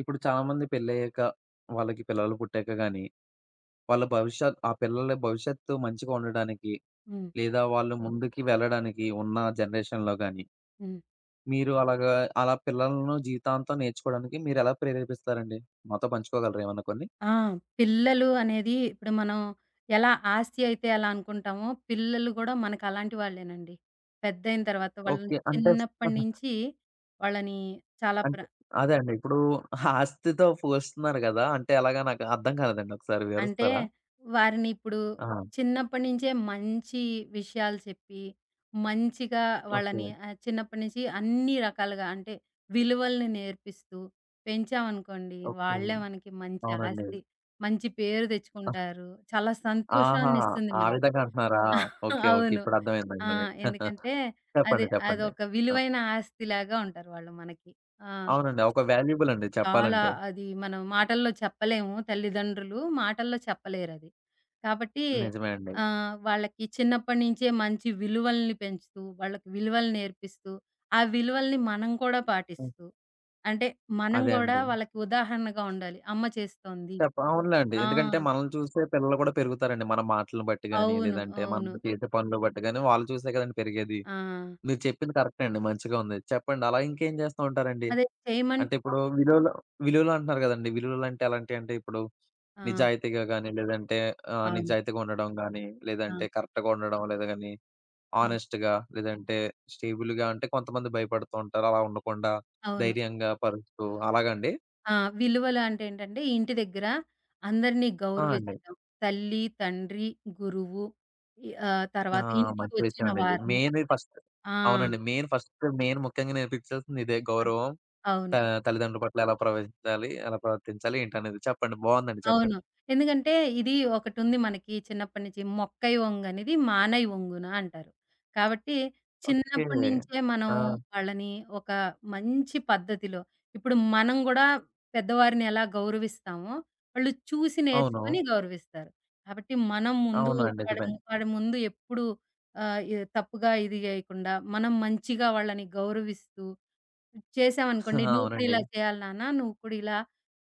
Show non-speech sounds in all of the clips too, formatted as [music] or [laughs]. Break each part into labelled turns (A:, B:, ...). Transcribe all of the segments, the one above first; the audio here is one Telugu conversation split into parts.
A: ఇప్పుడు చాలామంది పెళ్ళయ్యాక, వాళ్ళకి పిల్లలు పుట్టాక గాని, వాళ్ళ భవిష్యత్ ఆ పిల్లల భవిష్యత్తు మంచిగా ఉండడానికి,
B: హ్మ్.
A: లేదా వాళ్ళు ముందుకి వెళ్ళడానికి ఉన్న జనరేషన్‌లో గాని,
B: హ్మ్.
A: మీరు అలా పిల్లలను జీవితాంతం నేర్చుకోవడానికి మీరెలా ప్రేరేపిస్తారండి? మాతో పంచుకోగలరా ఏమన్నా కొన్ని?
B: ఆ! పిల్లలు అనేది ఇప్పుడు మనం ఎలా ఆస్తి అయితే ఎలా అనుకుంటామో, పిల్లలు గూడా మనకలాంటి వాళ్ళేనండి. పెద్దయిన తర్వాత వాళ్ళని
A: ఓకే. అంటే
B: చిన్నప్పటి
A: [laughs]
B: నుంచి వాళ్ళని చాలా ప్ర
A: అంటే అదే అండి. ఇప్పుడు ఆస్తితో పోలుస్తున్నారు కదా! అంటే ఎలాగా నాకు అర్థం కాలేదండి. ఒకసారి
B: అంటే
A: వివరిస్తారా?
B: వారిని ఇప్పుడు
A: ఆ!
B: చిన్నప్పటి నుంచే మంచి విషయాలు చెప్పి, మంచిగా
A: ఓకే.
B: వాళ్ళని చిన్నప్పటి నుంచి అన్ని రకాలుగా అంటే విలువల్ని నేర్పిస్తూ పెంచామనుకోండి,
A: ఓకే.
B: వాళ్ళే మనకి మంచి
A: అవునండి.
B: ఆస్తి, మంచి పేరు తెచ్చుకుంటారు. చాలా
A: ఆహా!
B: సంతోషాన్నిస్తుంది
A: ఆ
B: మనకి.
A: విధంగా అంటున్నారా?
B: [laughs]
A: ఓకే. ఓకే.
B: అవును.
A: ఇప్పుడు
B: ఆ!
A: అర్థమైందండి.
B: ఎందుకంటే
A: చెప్పండి. చెప్పండి.
B: అదొక
A: ఆ!
B: విలువైన ఆస్తిలాగా ఉంటారు వాళ్ళు మనకి. ఆ!
A: అవునండి. ఒక వాల్యుబుల్ అండి
B: చాలా
A: చెప్పాలంటే.
B: అది మనం మాటల్లో చెప్పలేము. తల్లిదండ్రులు మాటల్లో చెప్పలేరది. కాబట్టి
A: నిజమే అండి.
B: వాళ్ళకి చిన్నప్పటినుంచే మంచి విలువల్ని పెంచుతూ, వాళ్ళకి విలువలు నేర్పిస్తూ, ఆ విలువల్ని మనం కూడా
A: హ్మ్.
B: పాటిస్తూ, అంటే మనం
A: అదే
B: గూడా
A: అండి.
B: వాళ్ళకి ఉదాహరణగా ఉండాలి. అమ్మ చేస్తోంది.
A: చెప్ప అవునులేండి.
B: ఆ!
A: ఎందుకంటే మనల్ని చూసే పిల్లలు కూడా పెరుగుతారండి. మన మాటలను బట్టి గాని,
B: అవును.
A: లేదంటే మనం
B: అవును.
A: చేసే పనులు బట్టి గాని వాళ్ళు చూసే కదండీ పెరిగేది.
B: ఆ!
A: మీరు చెప్పింది కరెక్టే అండి. మంచిగా ఉంది. చెప్పండి అలా ఇంకేం చేస్తూ ఉంటారండి?
B: అదే చేయమన్
A: అంటే ఇప్పుడు విలువలు, విలువలు అంటున్నారు కదండీ! విలువలు అంటే ఎలాంటియంటే ఇప్పుడు
B: ఆ!
A: నిజాయితీగా గాని, లేదంటే
B: అవును.
A: నిజాయితీగా ఉండడం గాని,
B: ఆ!
A: లేదంటే కరెక్ట్‌గా ఉండడం, లేదా గాని
B: ఆ!
A: హానెస్ట్‌గా లేదంటే స్టేబుల్‌గా అంటే కొంతమంది భయపడుతూ ఉంటారు. అలా ఉండకుండా
B: అవును.
A: ధైర్యంగా పరుస్తూ అలాగా అండి?
B: ఆ! విలువలు అంటే ఏంటంటే, ఇంటి దగ్గర అందరిని
A: ఆ! అండి.
B: గౌరవించటం. తల్లి, తండ్రి, గురువు,
A: ఆ!
B: తర్వాత ఇంటికి
A: మంచి విషయం
B: వచ్చిన
A: అండి ఇది.
B: వారిని.
A: మెయిన్ ఫస్ట్
B: ఆ!
A: అవునండి. మెయిన్ ముఖ్యంగా నేర్పించాల్సింది ఇదే
B: అద్
A: గౌరవం. త
B: అవును.
A: తల్లిదండ్రుల పట్ల ఎలా ప్రవర్తించాలి? ఎలా ప్రవర్తించాలి ఏంటనేది చెప్పండి. బావుందండి
B: అవును.
A: చెప్పండి.
B: ఎందుకంటే ఇది ఒకటుంది, మనకి చిన్నప్పటి నుంచి, "మొక్కై ఒంగనిది మానై ఒంగున" అంటారు. కాబట్టి
A: ఓకే.
B: చిన్నప్పటి నుంచే మనం
A: ఆ!
B: వాళ్ళని ఒక మంచి పద్ధతిలో, ఇప్పుడు మనం గూడా పెద్దవారిని ఎలా గౌరవిస్తామో, వాళ్ళు చూసి
A: అవును.
B: నేర్చుకొని గౌరవిస్తారు. కాబట్టి మనం ముందు
A: అవునండి. నిజమే.
B: వాడి ముందు ఎప్పుడు ఆహ్, ఎ తప్పుగా ఇది జేయకుండా మనం మంచిగా వాళ్ళని గౌరవిస్తూ చేశామనుకోండి.
A: [laughs]
B: "నువ్వు కూడా
A: అవునండి.
B: ఇలా చేయాలి నాన్న. నువ్వు కూడా ఇలా,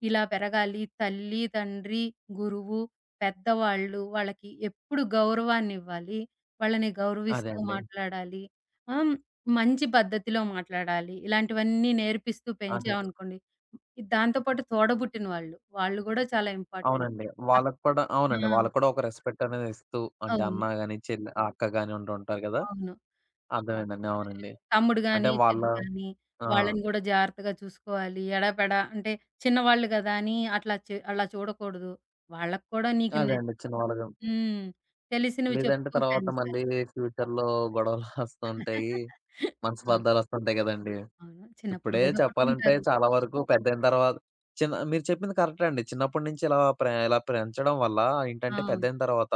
B: ఇలా పెరగాలి. తల్లి, తండ్రి, గురువు, పెద్దవాళ్ళు వాళ్ళకి ఎప్పుడు గౌరవాన్నివ్వాలి. వాళ్ళని
A: అదే
B: గౌరవిస్తూ
A: అండి.
B: మాట్లాడాలి. ఆహ్, మంచి పద్ధతిలో మాట్లాడాలి." ఇలాంటివన్నీ నేర్పిస్తూ
A: అదే.
B: పెంచామనుకోండి. దాంతో పాటు తోడబుట్టిన వాళ్ళు, వాళ్ళు గూడా చాలా ఇంపార్టెంట్.
A: అవునండి.
B: అక్
A: వాళ్ళకి కూడా
B: ఆ!
A: అవునండి. వాళ్ళకి కూడా ఒక రెస్పెక్ట్ అనేది ఇస్తూ అంటే
B: అవును.
A: అన్న గాని, చెల్లి అక్క గాని ఉంటూ ఉంటారు కదా!
B: అవును.
A: అర్థమైందండి. అవునండి.
B: తమ్ముడు గాని,
A: అంటే వాళ్ళ
B: చెల్లి గాని
A: ఆ!
B: వాళ్ళని గూడా జాగ్రత్తగా చూసుకోవాలి. ఎడాపెడా అంటే చిన్నవాళ్ళు గదా అని అట్లా అలా చూడకూడదు. వాళ్ళకి కూడా నీకు న
A: అదే అండి. చిన్నవాళ్ళుగా
B: హ్మ్. తెలిసినవి
A: లేదంటే
B: చెప్తూ
A: తర్వాత మళ్ళీ
B: పెంచాలి.
A: ఫ్యూచర్‌లో గొడవలొస్తుంటాయి.
B: ఆ!
A: మనస్పర్ధాలొస్తుంటాయి గదండీ!
B: అవును. చిన్నప్పుడు
A: ఇప్పుడే
B: గూడా
A: చెప్పాలంటే
B: కొట్టుకుంటారు.
A: చాలా వరకు పెద్దయిన తర్వాత చిన్న మీరు చెప్పింది కరెక్టే అండి. చిన్నప్పటి నుంచి ఇలా పెంచడం వల్ల
B: ఆ!
A: ఏంటంటే పెద్దయిన తర్వాత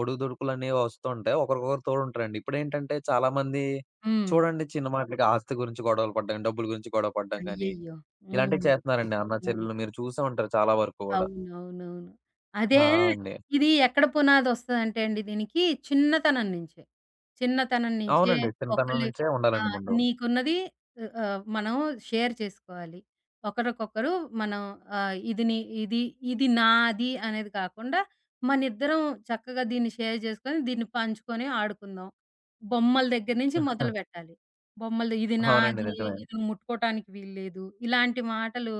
A: ఒడుదుడుకులనేవి ఒస్తుంటాయి. ఒకరికొకరు తోడుంటారండి. ఇప్పుడేంటంటే చాలామంది
B: హ్మ్.
A: చూడండి చిన్న మాటలకి ఆస్తి గురించి గొడవలు పడ్డం, డబ్బుల గురించి గొడవ పడ్డం గాని,
B: అయ్యయ్యో!
A: ఇలాంటివి
B: హ్మ్.
A: చేస్తున్నారండి. అన్న
B: అవును.
A: చెల్లెలు మీరు చూసే ఉంటారు చాలా వరకు గూడా.
B: అవునవునవును
A: ఆ!
B: అదే.
A: అండి.
B: ఇది ఎక్కడ పునాదొస్తదంటే అండి, దీనికి చిన్నతనం నుంచే. చిన్నతనం నుంచే
A: అవునండి. చిన్నతనం
B: ఒకళ్ళు
A: నుంచే
B: ఆ!
A: ఉండాలండి ముందు.
B: నీకున్నది ఆహ్, ఆహ్, మనం షేర్ చేసుకోవాలి. ఒకరికొకరు మనం ఆహ్, ఇది నీ ఇది ఇది నాది అనేది కాకుండా, మనిద్దరం చక్కగా దీన్ని షేర్ చేసుకొని, దీన్ని పంచుకొని ఆడుకుందాం. బొమ్మల దగ్గర నుంచి
A: [laughs]
B: మొదలుపెట్టాలి. బొమ్మలు ఇది
A: అవునండి.
B: నాది,
A: నిజమే.
B: ఇది నువ్వు ముట్టుకోటానికి వీల్లేదు. ఇలాంటి మాటలు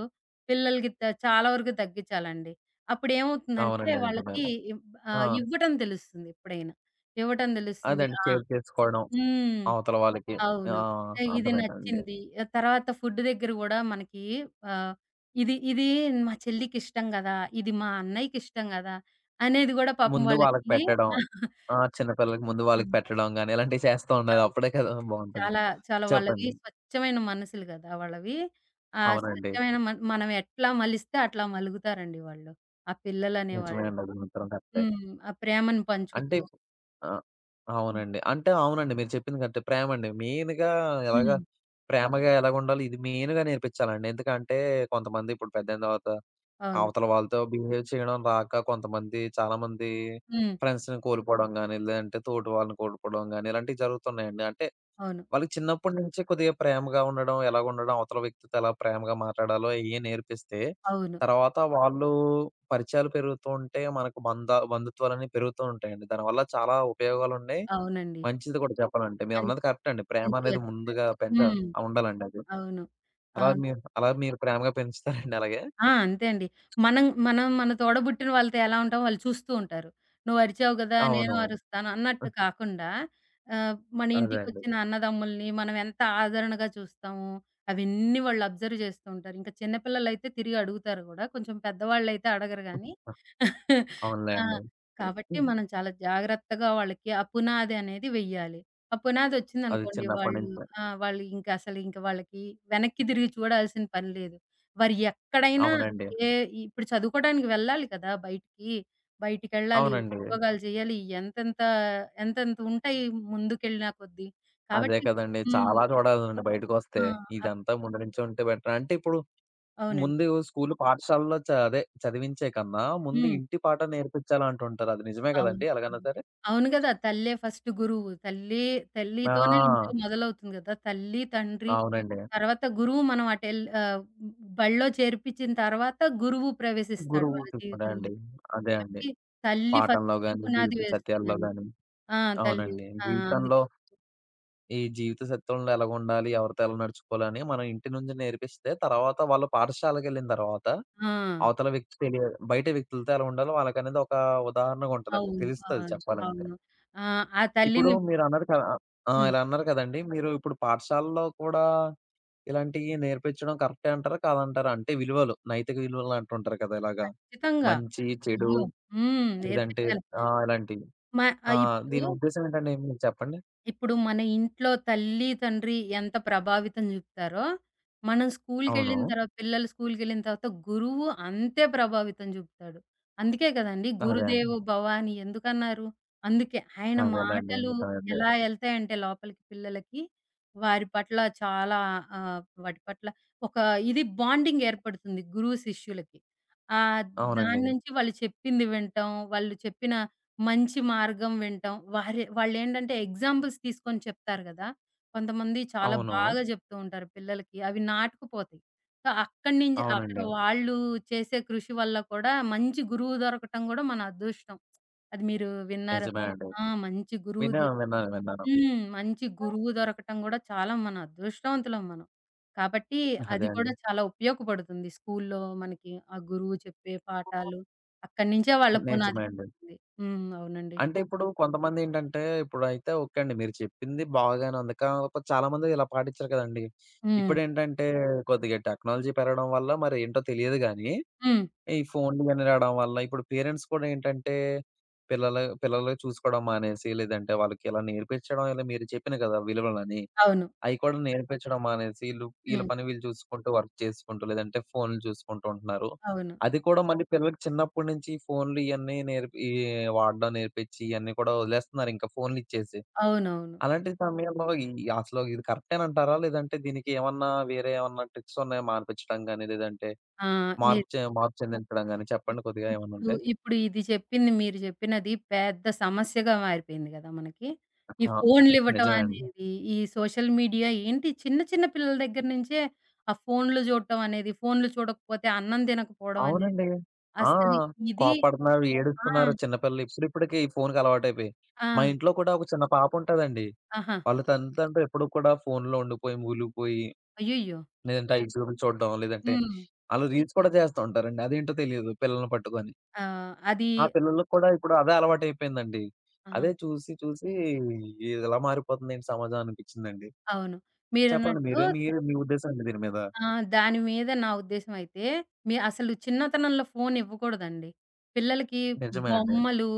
B: పిల్లలకి చాలా వరకు తగ్గించాలండి. అప్పుడేమవుతుందంటే
A: అవునండి.
B: వాళ్ళకి
A: నిజమేలే.
B: ఇవ్
A: ఆ!
B: ఇవ్వటం తెలుస్తుంది ఎప్పుడైనా. ఇవ్వటం తెలుస్తుంది.
A: అదండి
B: ఆ!
A: షేర్ చేసుకోవడం
B: హ్మ్.
A: అవతల వాళ్ళకి.
B: అవును.
A: ఆ!
B: ఆహ్, ఇది
A: అర్థమైందండి.
B: నచ్చింది. తర్వాత ఫుడ్ దగ్గర గూడా మనకి ఆహ్, ఇది ఇది మా చెల్లికిష్టం గదా! ఇది మా అన్నయ్యకిష్టం గదా! అనేది గూడా పాపం
A: ముందు వాళ్ళకి
B: వాళ్ళకి
A: పెట్టడం. ఆ! చిన్న పిల్లలకి ముందు
B: ఆ!
A: వాళ్ళకి పెట్టడం గాని ఇలాంటివి చేస్తూ
B: చా
A: ఉండాలి. అప్పుడే కదా బావుంటది.
B: చాలా చాలా వాళ్ళవి
A: చెప్పండి.
B: స్వచ్ఛమైన మనసులు గదా! వాళ్ళవి. ఆ
A: అవునండి.
B: స్వచ్ఛమైన మనం ఎట్లా మలిస్తే అట్లా మలుగుతారండి వాళ్ళు. ఆ
A: నిజమే
B: పిల్లలనేవాళ్ళు.
A: అండి. అది మాత్రం కరెక్టే.
B: హ్మ్. ఆ ప్రేమను
A: అంటే
B: పంచుకుతూ.
A: ఆ! అవునండి. అంటే అవునండి. మీరు చెప్పింది కరెక్టే. ప్రేమండి. మెయిన్‌గా ఎలాగా
B: హ్మ్.
A: ప్రేమగా ఎలాగుండాలి ఇది మెయిన్‌గా నేర్పించాలండి. ఎందుకంటే కొంతమంది ఇప్పుడు పెద్దయిన తర్వాత
B: అవును.
A: అవతల వాళ్ళతో బిహేవ్ చేయడం రాక కొంతమంది చాలామంది
B: హ్మ్.
A: ఫ్రెండ్స్‌ని కోల్పోవడం గాని, లేదంటే తోటి వాళ్ళని కోల్పోవడం గాని, ఇలాంటివి జరుగుతున్నాయండి. అంటే
B: అవును.
A: వాళ్ళకి చిన్నప్పటి నుంచి కొద్దిగా ప్రేమగా ఉండడం, ఎలాగ ఉండడం, అవతల వ్యక్తితో ఎలా ప్రేమగా మాట్లాడాలో అయ్యి నేర్పిస్తే,
B: అవును.
A: తర్వాత వాళ్ళు పరిచయాలు పెరుగుతూ ఉంటే మనకు బంధుత్వాలన్నీ పెరుగుతూ ఉంటాయండి. దానివల్ల చాలా ఉపయోగాలున్నాయి.
B: అవునండి.
A: మంచిది కూడా చెప్పాలంటే. మీరన్నది
B: మంచి
A: కరెక్ట్ అండి. ప్రేమ
B: మంచిగా
A: అనేది
B: చెప్పారు.
A: ముందుగా పెంచ
B: హ్మ్.
A: ఉండాలండి అది.
B: అవును.
A: అలా
B: అవును.
A: మీరు అలా మీరు ప్రేమగా పెంచుతారండి అలాగే?
B: ఆ! అంతే అండి. మనం మనం మన తోడబుట్టిన వాళ్ళతో ఎలా ఉంటామో వాళ్ళు చూస్తూ ఉంటారు. "నువ్వు అరిచావు గదా! నేను
A: అవును.
B: అరుస్తాను" అన్నట్టు కాకుండా మన
A: అదే అండి.
B: ఇంటికొచ్చిన అన్నదమ్ముల్ని మనం ఎంత ఆదరణగా చూస్తాము, అవన్నీ వాళ్ళు అబ్జర్వ్ చేస్తూ ఉంటారు. ఇంకా చిన్న పిల్లలైతే తిరిగి అడుగుతారు గూడా. కొంచెం పెద్దవాళ్ళైతే అడగరు గానీ, ఆ!
A: అవునులేండి.
B: కాబట్టి
A: హ్మ్.
B: మనం చాలా జాగ్రత్తగా వాళ్ళకి ఆ పునాది అనేది వెయ్యాలి. ఆ
A: అది
B: పునాదొచ్చిందనుకోండి,
A: చిన్నప్పటి
B: వాళ్ళు
A: నుంచే.
B: ఆ! వాళ్ళు ఇంక అసలు ఇంక వాళ్ళకి వెనక్కి తిరిగి చూడాల్సిన పని లేదు. వారు ఎక్కడైనా
A: అవునండి.
B: ఏ ఇప్పుడు చదువుకోవడానికి వెళ్ళాలి కదా, బయటికి. బయటికెళ్ళాలి,
A: అవునండి.
B: ఉద్యోగాలు చేయాలి. ఎంతెంత ఎంతెంత ఉంటాయి ముందుకెళ్ళిన కొద్దీ.
A: అదే
B: కాబట్టి
A: కదండీ.
B: హ్మ్.
A: చాలా చూడాలండి
B: ఆ!
A: బయటకొస్తే.
B: అప్
A: ఇదంతా ముందు నుంచే ఉంటే బెటర్. అంటే ఇప్పుడు
B: అవునండి.
A: ముందు స్కూలు, పాఠశాలలో చ అదే చదివించే కన్నా ముందు
B: హ్మ్.
A: ఇంటి పాఠం నేర్పించాలంటుంటారు. అది నిజమే
B: అవును.
A: కదండీ ఎలాగైనా
B: అవును.
A: సరే?
B: అవును గదా! తల్లే ఫస్ట్ గురువు. తల్లితోనే ఇంట్లో
A: ఆ!
B: మొదలవుతుంది గదా! తల్లి, తండ్రి.
A: అవునండి.
B: తర్వాత గురువు. మనం బడిలో చేర్పించిన తర్వాత గురువు ప్రవేశిస్తాడు
A: గురువు
B: వాళ్ళ
A: కూడా
B: జీవితంలో.
A: అండి. అదే అండి.
B: కాబట్టి తల్లి
A: పాఠంలో
B: ఫస్ట్
A: గాని,
B: పునాది
A: జీవిత సత్యాల్లో
B: వేస్తుందండి.
A: గాని
B: ఆ! తల్లి.
A: అవునండి.
B: ఆ! అందుకే.
A: జీవితంలో ఈ జీవిత సత్యంలో ఎలాగుండాలి? ఎవరితో ఎలా నడుచుకోవాలని మనం ఇంటి నుంచి నేర్పిస్తే తర్వాత వాళ్ళు పాఠశాలకెళ్ళిన తర్వాత
B: ఆ!
A: అవతల వ్యక్తి తెలియ బయట వ్యక్తులతో ఎలా ఉండాలో వాళ్ళకనేది ఒక ఉదాహరణగా ఉంటదండి.
B: అవును.
A: తెలుస్తది అవును.
B: అవును.
A: చెప్పాలంటే.
B: అవును. ఆ! ఆ
A: ఇప్పుడు
B: తల్లిని.
A: మీరన్నారు కదా ఆ!
B: హ్మ్.
A: ఇలా అన్నారు కదండీ. మీరు ఇప్పుడు పాఠశాలలో కూడా ఇలాంటియి నేర్పించడం కరెక్టే అంటారా? కాదంటారా? అంటే విలువలు, నైతిక విలువలు అంటుంటారు కదా! ఇలాగా
B: ఖచ్చితంగా.
A: మంచి, చెడు
B: అయ్యో! హ్మ్.
A: లేదంటే
B: నేర్పించాలి.
A: ఇలాంటివి.
B: మ
A: ఆ!
B: ఇప్పుడు
A: దీని ఉద్దేశ్యం ఏంటండి? మీరు చెప్పండి.
B: ఇప్పుడు మన ఇంట్లో తల్లి, తండ్రి ఎంత ప్రభావితం జూపుతారో, మనం
A: అవును.
B: స్కూల్‌కెళ్ళిన తర్వాత పిల్లలు స్కూల్‌కెళ్ళిన తర్వాత గురువు అంతే ప్రభావితం జూపుతాడు. అందుకే గదండీ!
A: అదే అండి.
B: 'గురుదేవో భవ' అని ఎందుకన్నారు? అందుకే. ఆయన
A: అదేలెండి.
B: మాటలు
A: అదే.
B: ఎలా ఎళ్తాయంటే లోపలికి పిల్లలకి, వారి పట్ల చాలా వాటి పట్ల ఒక బాండింగ్ ఏర్పడుతుంది గురువు, శిష్యులకి. ఆహ్,
A: అవునండి.
B: దాన్నుంచి వాళ్ళు చెప్పింది వినటం, వాళ్ళు చెప్పిన మంచి మార్గం వింటాం. వాళ్ళేంటంటే ఎగ్జాంపుల్స్ తీసుకొని చెప్తారు గదా! కొంతమంది చాలా
A: అవును.
B: బాగా జెప్తూ ఉంటారు పిల్లలకి. అవి నాటుకుపోతాయి. సో, అక్కడి నుంచి
A: అవునండి.
B: వాళ్ళు చేసే కృషి వల్ల కూడా మంచి గురువు దొరకటం గూడా మన అదృష్టం. అది మీరు విన్నారు.
A: నిజమే అవును. అండి.
B: ఆ! మంచి గురువు దొ
A: విన్నాను, విన్నాను, విన్నాను.
B: హ్మ్. మంచి గురువు దొరకటం గూడా చాలా, మన అదృష్టవంతులం మనం. కాబట్టి అది
A: అదే
B: కూడా
A: అండి.
B: చాలా ఉపయోగపడుతుంది. స్కూల్లో మనకి ఆ గురువు చెప్పే పాఠాలు, అక్కడి నుంచే వాళ్ళ పునాది
A: నిజమే అండి.
B: పడుతుంది. హ్మ్. అవునండి.
A: అంటే ఇప్పుడు కొంతమందేంటంటే, ఇప్పుడైతే ఓకే అండి. మీరు చెప్పింది బాగానే ఉంది. కాకపోతే చాలామంది ఇలా పాటిచ్చరు కదండీ.
B: హ్మ్.
A: ఇప్పుడేంటంటే, కొద్దిగా టెక్నాలజీ పెరగడం వల్ల మరేంటో తెలియదు గానీ,
B: హ్మ్.
A: ఈ ఫోన్లు గాని రావడం వల్ల ఇప్పుడు పేరెంట్స్ కూడా ఏంటంటే, పిల్లలు పిల్లలు చూసుకోవడం మానేసి, లేదంటే వాళ్ళకిలా నేర్పించడం ఇలా మీరు చెప్పిన కదా! విలువలని.
B: అవును.
A: అయి కూడా నేర్పించడం మానేసి ఈళ్ళు ఈళ్ళ
B: హ్మ్.
A: పని వీళ్ళు చూసుకుంటూ వర్క్ చేసుకుంటూ, లేదంటే ఫోన్‌లు చూసుకుంటూ ఉంటున్నారు.
B: అవును.
A: అది కూడా మళ్ళీ పిల్లలకి చిన్నప్పటి నుంచి ఫోన్‌లు ఇయన్నీ నేర్పి ఈ వాడడం నేర్పించి ఇయన్నీ కూడా వదిలేస్తున్నారు ఇంకా ఫోన్‌లు ఇచ్చేసి.
B: అవునవును
A: అలాంటి సమయంలో ఈ అసలు ఇది కరెక్టేనంటారా? లేదంటే దీనికి ఏమన్నా వేరే ఏమన్నా ట్రిక్స్ ఉన్నాయా మానిపించడం గాని, లేదంటే
B: ఆ! మీరు
A: మార్పు చెందించడం గాని
B: ఇ
A: చెప్పండి కొద్దిగా
B: ఇప్పుడు
A: ఏమన్నుంటే?
B: ఇప్పుడు ఇది చెప్పింది, మీరు చెప్పినది పెద్ద సమస్యగా మారిపోయింది గదా మనకి. ఈ
A: ఆ!
B: ఫోన్‌లివ్వటం
A: నిజమే అండి.
B: అనేది, ఈ సోషల్ మీడియా ఏంటి చిన్న చిన్న పిల్లల దగ్గర నుంచే ఆ ఫోన్‌లు చూడటం అనేది, ఫోన్‌లు చూడకపోతే అన్నం తినకపోవడం అనేది
A: అవునండి. ఆ!
B: అసలు ఇది
A: కోప్పడుతున్నారు,
B: ఆ!
A: ఏడుస్తున్నారు చిన్నపిల్లలు ఇప్పుడిప్పుడికి ఈ ఫోన్‌కి అలవాటైపోయి.
B: ఆ!
A: మా ఇంట్లో కూడా ఒక చిన్న పాపుంటదండి.
B: ఆహా!
A: వాళ్ళ తల్లితండ్రులు ఎప్పుడు కూడా ఫోన్‌లో ఉండిపోయి, మూలిగిపోయి,
B: అయ్యయ్యో!
A: లేదంటే అయి చూడడం, లేదంటే
B: హ్మ్.
A: ఆళ్ళు రీల్స్ కూడా చేస్తూ ఉంటారండి. అదేంటో తెలీదు పిల్లల్ని పట్టుకొని.
B: ఆహ్, అది
A: ఆ పిల్లలకి కూడా ఇప్పుడు అదే అలవాటైపోయిందండి.
B: ఆ!
A: అదే చూసి చూసి ఇలా మారిపోతుందేంటి సమాజం అనిపిచ్చిందండి.
B: అవును.
A: చెప్పండి
B: మీరన్నట్టు.
A: మీరు మీ ఉద్దేశం ఏంటి దీని మీద?
B: ఆ! దాని మీద నా ఉద్దేశ్యం అయితే, మీ అసలు చిన్నతనంలో ఫోన్ ఇవ్వకూడదండి. పిల్లలకి
A: నిజమే అండి.
B: బొమ్మలు,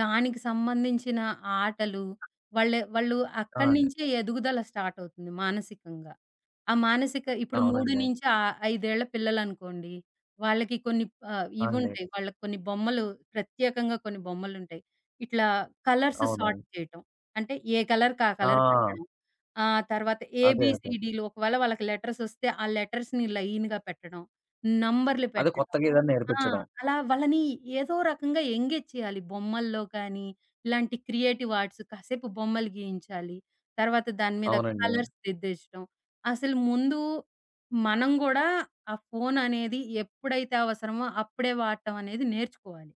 B: దానికి సంబంధించిన ఆటలు, వాళ్ళు
A: ఆ!
B: అక్కడి
A: అండి.
B: నుంచే ఎదుగుదల స్టార్ట్ అవుతుంది మానసికంగా. ఆ మానసిక ఇప్పుడు
A: అవునండి.
B: 3-5 పిల్లలనుకోండి, వాళ్ళకి కొన్ని
A: ఆ! అండి.
B: ఇవుంటాయి. వాళ్ళకి కొన్ని బొమ్మలు, ప్రత్యేకంగా కొన్ని బొమ్మలుంటాయి. ఇట్లా కలర్స్
A: అవును.
B: సార్ట్ చేయటం. అంటే ఏ కలర్‌కి ఆ
A: ఆ!
B: కలర్ పెట్టడం. ఆ! తర్వాత
A: అదే. అదే.
B: ఏబీసీడీలు, ఒకవేళ వాళ్ళకి లెటర్సొస్తే, ఆ లెటర్స్‌ని లైన్‌గా పెట్టడం, నంబర్‌లు
A: అది
B: పెట్టడం.
A: కొత్తగా ఏదైనా
B: ఆ!
A: నేర్పించడం.
B: అలా వాళ్ళని ఏదో రకంగా ఎంగేజ్ చేయాలి. బొమ్మల్లో కానీ, ఇలాంటి క్రియేటివ్ ఆర్ట్స్, కాసేపు బొమ్మలు గీయించాలి. తర్వాత దాని మీద
A: అవునండి.
B: కలర్స్ దిద్దేచడం. అసలు ముందు మనం గూడా ఆ ఫోననేది ఎప్పుడైతే అవసరమో అప్పుడే వాడటం అనేది నేర్చుకోవాలి.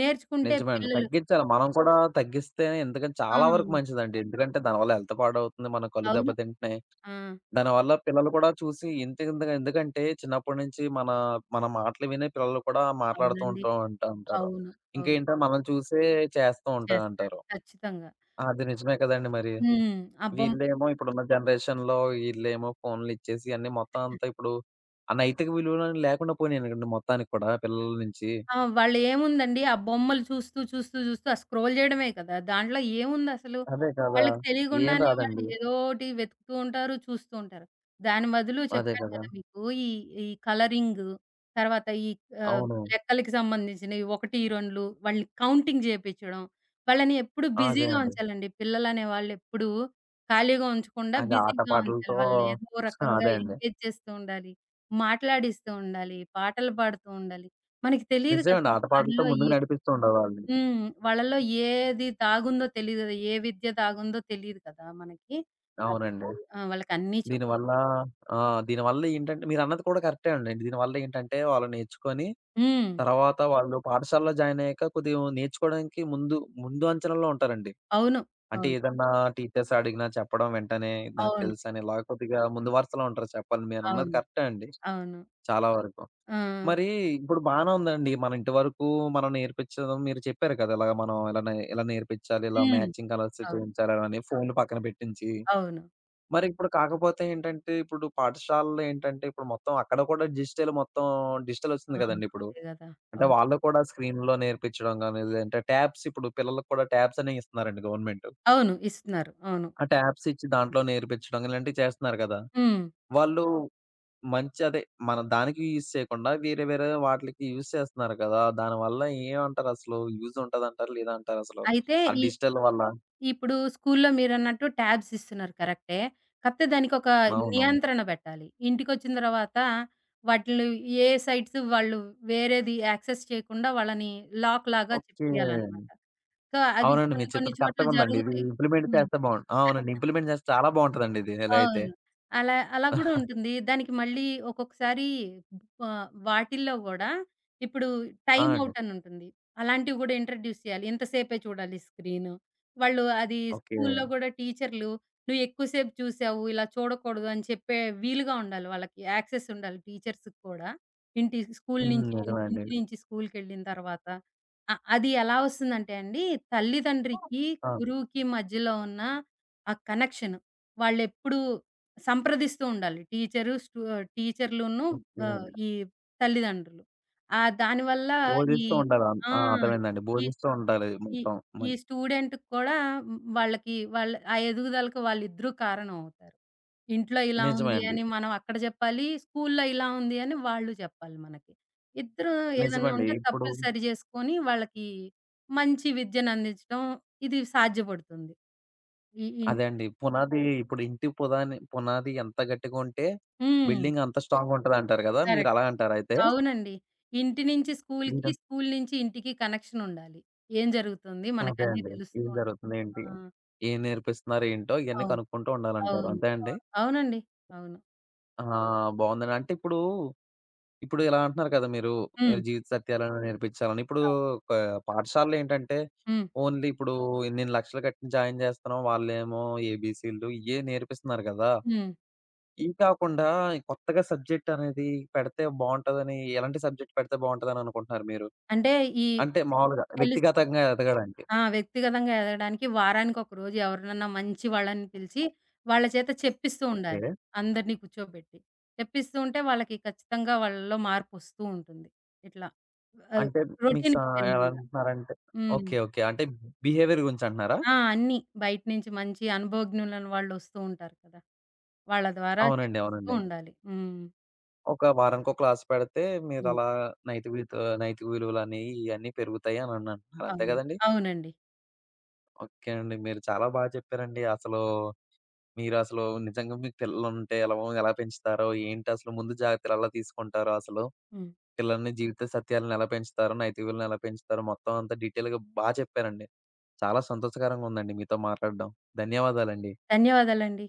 B: నేర్చుకుంటే
A: నిజమే అండి.
B: పిల్లలు
A: తగ్గించాలి. మనం కూడా తగ్గిస్తేనే ఎందుకంటే
B: ఆ!
A: చాలా వరకు మంచిదండి. ఎందుకంటే దానివల్ల హెల్త్ పాడవుతుంది. మన కళ్ళు
B: అవును.
A: దెబ్బతింటున్నాయి.
B: ఆ!
A: దానివల్ల పిల్లలు కూడా చూసి ఇంతగా ఎందుకంటే చిన్నప్పటి నుంచి మన మన మాటలు వినే పిల్లలు కూడా మాట్లాడుతూ
B: అవునండి.
A: ఉంటారు.
B: అవును. అవును.
A: ఇంకేంటో మనల్ని చూసే చేస్తూ ఉంటా
B: చేస్తారు.
A: అంటారు.
B: ఖచ్చితంగా.
A: అది నిజమే కదండీ మరి.
B: హ్మ్. ఆ బొమ్మ
A: వీళ్ళేమో ఇప్పుడున్న జనరేషన్‌లో ఫోన్‌లు ఇచ్చేసి అన్నీ మొత్తం అంతా ఇప్పుడు ఆ నైతిక విలువలు అనేవి లేకుండా పోయినాయండి మొత్తానికి కూడా పిల్లల నుంచి.
B: ఆ! వాళ్ళేముందండి, ఆ బొమ్మలు చూస్తూ, చూస్తూ, చూస్తూ ఆ స్క్రోల్ జేయడమే కదా! దాంట్లో ఏముందసలు?
A: అదే కదా!
B: వాళ్ళకి
A: ఏం
B: తెలియకుండానే వాళ్ళు
A: రాదండి.
B: ఏదోటి వెతుకుతూ ఉంటారు, చూస్తూ ఉంటారు. దాని బదులు
A: అదే
B: చెప్పాను
A: కదా!
B: కదా మీకు, ఈ, ఈ కలరింగు, తర్వాత ఈ ఆహ్,
A: అవును.
B: లెక్కలకి సంబంధించినవి 1, 2 వాళ్ళని కౌంటింగ్ జేపిచ్చడం. వాళ్ళని ఎప్పుడు
A: అదే
B: బిజీగా
A: అండి.
B: ఉంచాలండి. పిల్లలనే వాళ్ళెప్పుడూ ఖాళీగా ఉంచకుండా
A: అది ఆట
B: బిజీగా ఉంచాలి.
A: పాటలతో
B: వాళ్ళని ఏదో
A: [laughs]
B: రకంగా
A: అదే అండి.
B: ఎంగేజ్ చేస్తూ ఉండాలి. మాట్లాడిస్తూ ఉండాలి. పాటలు పాడుతూ ఉండాలి. మనకి తెలీదు
A: నిజమండి.
B: కదా!
A: ఆట పాటలతో
B: వారిలో
A: ముందుకు
B: ఏ,
A: నడిపిస్తూ ఉండేవాళ్ళని.
B: హ్మ్, వాళ్ళలో ఏది దాగుందో తెలీదు కదా! ఏ విద్య దాగుందో తెలీదు కదా మనకి.
A: అవునండి.
B: కాబట్టి ఆ! వాళ్ళకన్నీ చెప్
A: దీనివల్ల ఆ! దీనివల్ల ఏంటంటే మీరన్నది కూడా కరెక్టే అండి. దీనివల్ల ఏంటంటే వాళ్ళు నేర్చుకొని
B: హ్మ్.
A: తర్వాత వాళ్ళు పాఠశాలలో జాయిన్ అయ్యాక కొద్దిగా నేర్చుకోవడానికి ముందు, ముందు అంచనాలో ఉంటారండి.
B: అవును.
A: అంటే
B: అవును.
A: ఏదన్నా టీచర్స్ అడిగినా చెప్పడం వెంటనే నాకు
B: అవును.
A: తెలుసని ఇలా కొద్దిగా ముందు వరుసలో ఉంటారు చెప్పాలి. మీరన్నది
B: అవును.
A: కరెక్టే అండి
B: అవును.
A: చాలా వరకు.
B: ఆ!
A: మరి ఇప్పుడు బానే ఉందండి. మన ఇంటి వరకు మనం నేర్పించడం మీరు చెప్పారు కదా! ఇలాగ మనం ఇలా నేర్పించాలి, ఇలా
B: హ్మ్.
A: మ్యాచింగ్ కలర్స్
B: అవును.
A: చూయించాలని ఫోన్‌లు పక్కన పెట్టించి.
B: అవును.
A: మరి ఇప్పుడు కాకపోతే ఏంటంటే, ఇప్పుడు పాఠశాలలో ఏంటంటే, ఇప్పుడు మొత్తం అక్కడ కూడా డిజిటల్ మొత్తం డిజిటల్
B: ఆ!
A: ఒచ్చింది కదండీ ఇప్పుడు.
B: అదే గదా!
A: అంటే
B: అవును.
A: వాళ్ళు కూడా స్క్రీన్‌లో నేర్పించడం గాని, లేదంటే ట్యాబ్స్ ఇప్పుడు పిల్లలకి కూడా ట్యాబ్స్ అనేయి ఇస్తున్నారండి గవర్నమెంట్.
B: అవును. ఇస్తున్నారు. అవును.
A: ఆ ట్యాబ్స్ ఇచ్చి దాంట్లో నేర్పించడం కానీ ఇలాంటివి చేస్తున్నారు కదా!
B: హ్మ్.
A: వాళ్ళు మంచి అదే మన దానికి యూజ్ చేయకుండా వేరే వేరే వాటిలకి యూజ్ చేస్తున్నారు కదా! దానివల్ల ఏమంటారు అసలు? యూజ్ ఉంటదంటారా? లేదా అంటారా అసలు?
B: అయితే
A: ఆ
B: ఈ
A: డిజిటల్ వల్ల?
B: ఇప్పుడు స్కూల్లో మీరన్నట్టు ట్యాబ్స్ ఇస్తున్నారు, కరెక్టే. కాపోతే దానికొక
A: అవును.
B: నియంత్రణ బెట్టాలి. ఇంటికొచ్చిన తర్వాత వాటిల్ని, ఏ సైట్స్ వాళ్ళు వేరేది యాక్సెస్ చేయకుండా వాళ్ళని లాక్ లాగా
A: ఓకే.
B: చెప్పియాలనమాట. సో, అవి
A: అవునండి.
B: కొన్ని
A: మీరు
B: కొన్ని
A: చెప్పింది
B: చోట్ల
A: కరెక్ట్‌గుందండి. ఇది
B: జరుగుతాయి.
A: ఇంప్లిమెంట్
B: హ్మ్.
A: చేస్తే బావుండు ఆ! అవునండి. ఇంప్లిమెంట్ చేస్తే చాలా బావుంటదండి ఇది ఇలా అయితే.
B: అవును. అలా అలా గూడా ఉంటుంది. దానికి మళ్ళీ ఒక్కొక్కసారి వాటిల్లో గూడా ఇప్పుడు
A: ఆ!
B: టైమ్
A: అండి.
B: ఔట్ అని ఉంటుంది. అలాంటివి గూడా ఇంట్రొడ్యూస్ చేయాలి. ఇంతసేపే చూడాలి స్క్రీను. వాళ్ళు అది
A: ఓకే.
B: స్కూల్లో గూడా టీచర్లు "నువ్వు ఎక్కువ సేపు చూసావు. ఇలా చూడకూడదు" అని చెప్పే వీలుగా ఉండాలి వాళ్ళకి. యాక్సెస్ ఉండాలి టీచర్స్‌కి కూడా. ఇంటి స్కూలు
A: హ్మ్.
B: నుంచి
A: నిజమే అండి.
B: ఇంటి నుంచి స్కూలుకెళ్ళిన తర్వాత. అది ఎలా వస్తుందంటే అండి, తల్లిదండ్రికి,
A: ఆ!
B: గురువుకి మధ్యలో ఉన్న ఆ కనెక్షన్. వాళ్ళెప్పుడూ సంప్రదిస్తూ ఉండాలి. టీచరు, స్టూ టీచర్లును
A: ఓకే.
B: ఆహ్, ఈ తల్లిదండ్రులు. దానివల్ల ఈ
A: బోధిస్తూ ఉండాలి.
B: ఆ!
A: ఆ! అర్థమైందండి.
B: ఈ
A: బోధిస్తూ ఉండాలి
B: ఈ
A: మొత్తం.
B: ఈ
A: మన్
B: స్టూడెంట్‌కి కూడా హ్మ్, వాళ్ళకి వాళ్ళ ఆ ఎదుగుదలకు వాళ్ళిద్దరూ కారణం అవుతారు. ఇంట్లో ఇలా
A: నిజమే
B: ఉంది
A: అండి.
B: అని మనం అక్కడ జెప్పాలి. స్కూల్లో ఇలా ఉంది అని వాళ్ళు జెప్పాలి మనకి. ఇద్దరూ ఏదన్నా
A: నిజమండి.
B: ఉంటే
A: ఇప్పుడు
B: తప్పులు సరి జేసుకొని వాళ్ళకి మంచి విద్యనందించడం ఇది సాధ్యపడుతుంది. ఈ ఇన్
A: అదే అండి. పునాది ఇప్పుడు ఇంటి పుదాని పునాది ఎంత గట్టిగా ఉంటే,
B: హ్మ్.
A: బిల్డింగ్ అంత స్ట్రాంగ్‌గా ఉంటదంటారు గదా!
B: కరెక్ట్.
A: మీరలా అంటారా అయితే?
B: అవునండి. ఇంటి నుంచి స్కూలుకి,
A: మీరు
B: స్కూలు నుంచి ఇంటికి కనెక్షన్ ఉండాలి. ఏం జరుగుతుంది?
A: అదే
B: మనకన్నీ
A: అండి.
B: తెలుస్తూ
A: ఏం
B: ఉండాలి.
A: జరుగుతుంది
B: ఆ!
A: ఏంటి? ఏం నేర్పిస్తున్నారు ఏంటో ఇయన్నీ
B: అవును.
A: కనుక్కుంటూ ఉండాలంటారు.
B: అవును.
A: అంతే అండి?
B: అవును. అవునండి. అవును.
A: ఆ! బావుందండి. అంటే ఇప్పుడు, ఇప్పుడు ఇలా అంటున్నారు కదా! మీరు
B: హ్మ్.
A: జీవిత సత్యాలను నేర్పించాలని. ఇప్పుడు
B: అవ్
A: క పాఠశాలలో ఏంటంటే,
B: హ్మ్.
A: ఓన్లీ ఇప్పుడు ఇన్నిన్ని లక్షలు కట్టి జాయిన్ జేస్తున్నాం. వాళ్ళేమో ఏబీసీలు ఇయ్యే నేర్పిస్తున్నారు గదా!
B: హ్మ్.
A: ఇవి కాకుండా కొత్తగా సబ్జెక్ట్ అనేది పెడితే బావుంటదని ఎలాంటి సబ్జెక్ట్ పెడితే బావుంటదని అనుకుంటున్నారు మీరు?
B: అంటే ఈ
A: అంటే మామూలుగా
B: తెలుసు.
A: వ్యక్తిగతంగా ఎదగడానికి.
B: ఆ! వ్యక్తిగతంగా ఎదగడానికి వారానికొక రోజు ఎవరినన్నా మంచి వాళ్ళని పిలిచి, వాళ్ళ చేత చెప్పిస్తూ
A: ఓకే.
B: ఉండాలి. అందరిని కూర్చోబెట్టి. చెప్పిస్తూ ఉంటే వాళ్ళకి ఖచ్చితంగా వాళ్ళలో మార్పొస్తూ ఉంటుంది. ఇట్లా ఆహ్,
A: అంటే మీకు సా
B: రొటీన్‌కి
A: ఎలా
B: భిన్నంగా.
A: అంటున్నారంటే
B: హ్మ్.
A: ఓకే. ఓకే. అంటే బిహేవియర్ గురించి అంటున్నారా?
B: ఆ! అన్నీ. బయట నుంచి మంచి అనుభవజ్ఞులైన వాళ్ళొస్తూ ఉంటారు కదా! వాళ్ళ ద్వారా
A: అవునండి. అవునండి.
B: చెప్పిస్తూ ఉండాలి. హ్మ్.
A: ఒక వారానికో క్లాస్ పెడితే
B: హ్మ్.
A: మీరలా నైతిక విలువలని ఇయన్నీ పెరుగుతాయి అని అన్న- అంటున్నారు. అంతే
B: అవును.
A: గదండీ!
B: అవునండి.
A: ఓకే అండి. మీరు చాలా బా చెప్పారండి. అసలు మీరసలు నిజంగా మీకు పిల్లలుంటే ఎలా ఎలా పెంచుతారో, ఏంటసలు ముందు జాగ్రత్తలు ఎలా తీసుకుంటారో అసలు
B: హ్మ్.
A: పిల్లల్ని జీవిత సత్యాలను ఎలా పెంచుతారో, నైతిక విలువలను ఎలా పెంచుతారో మొత్తం అంతా డీటెయిల్‌గా బా చెప్పారండి. చాలా సంతోషకరంగా ఉందండి మీతో మాట్లాడడం. ధన్యవాదాలండి.
B: ధన్యవాదాలండి.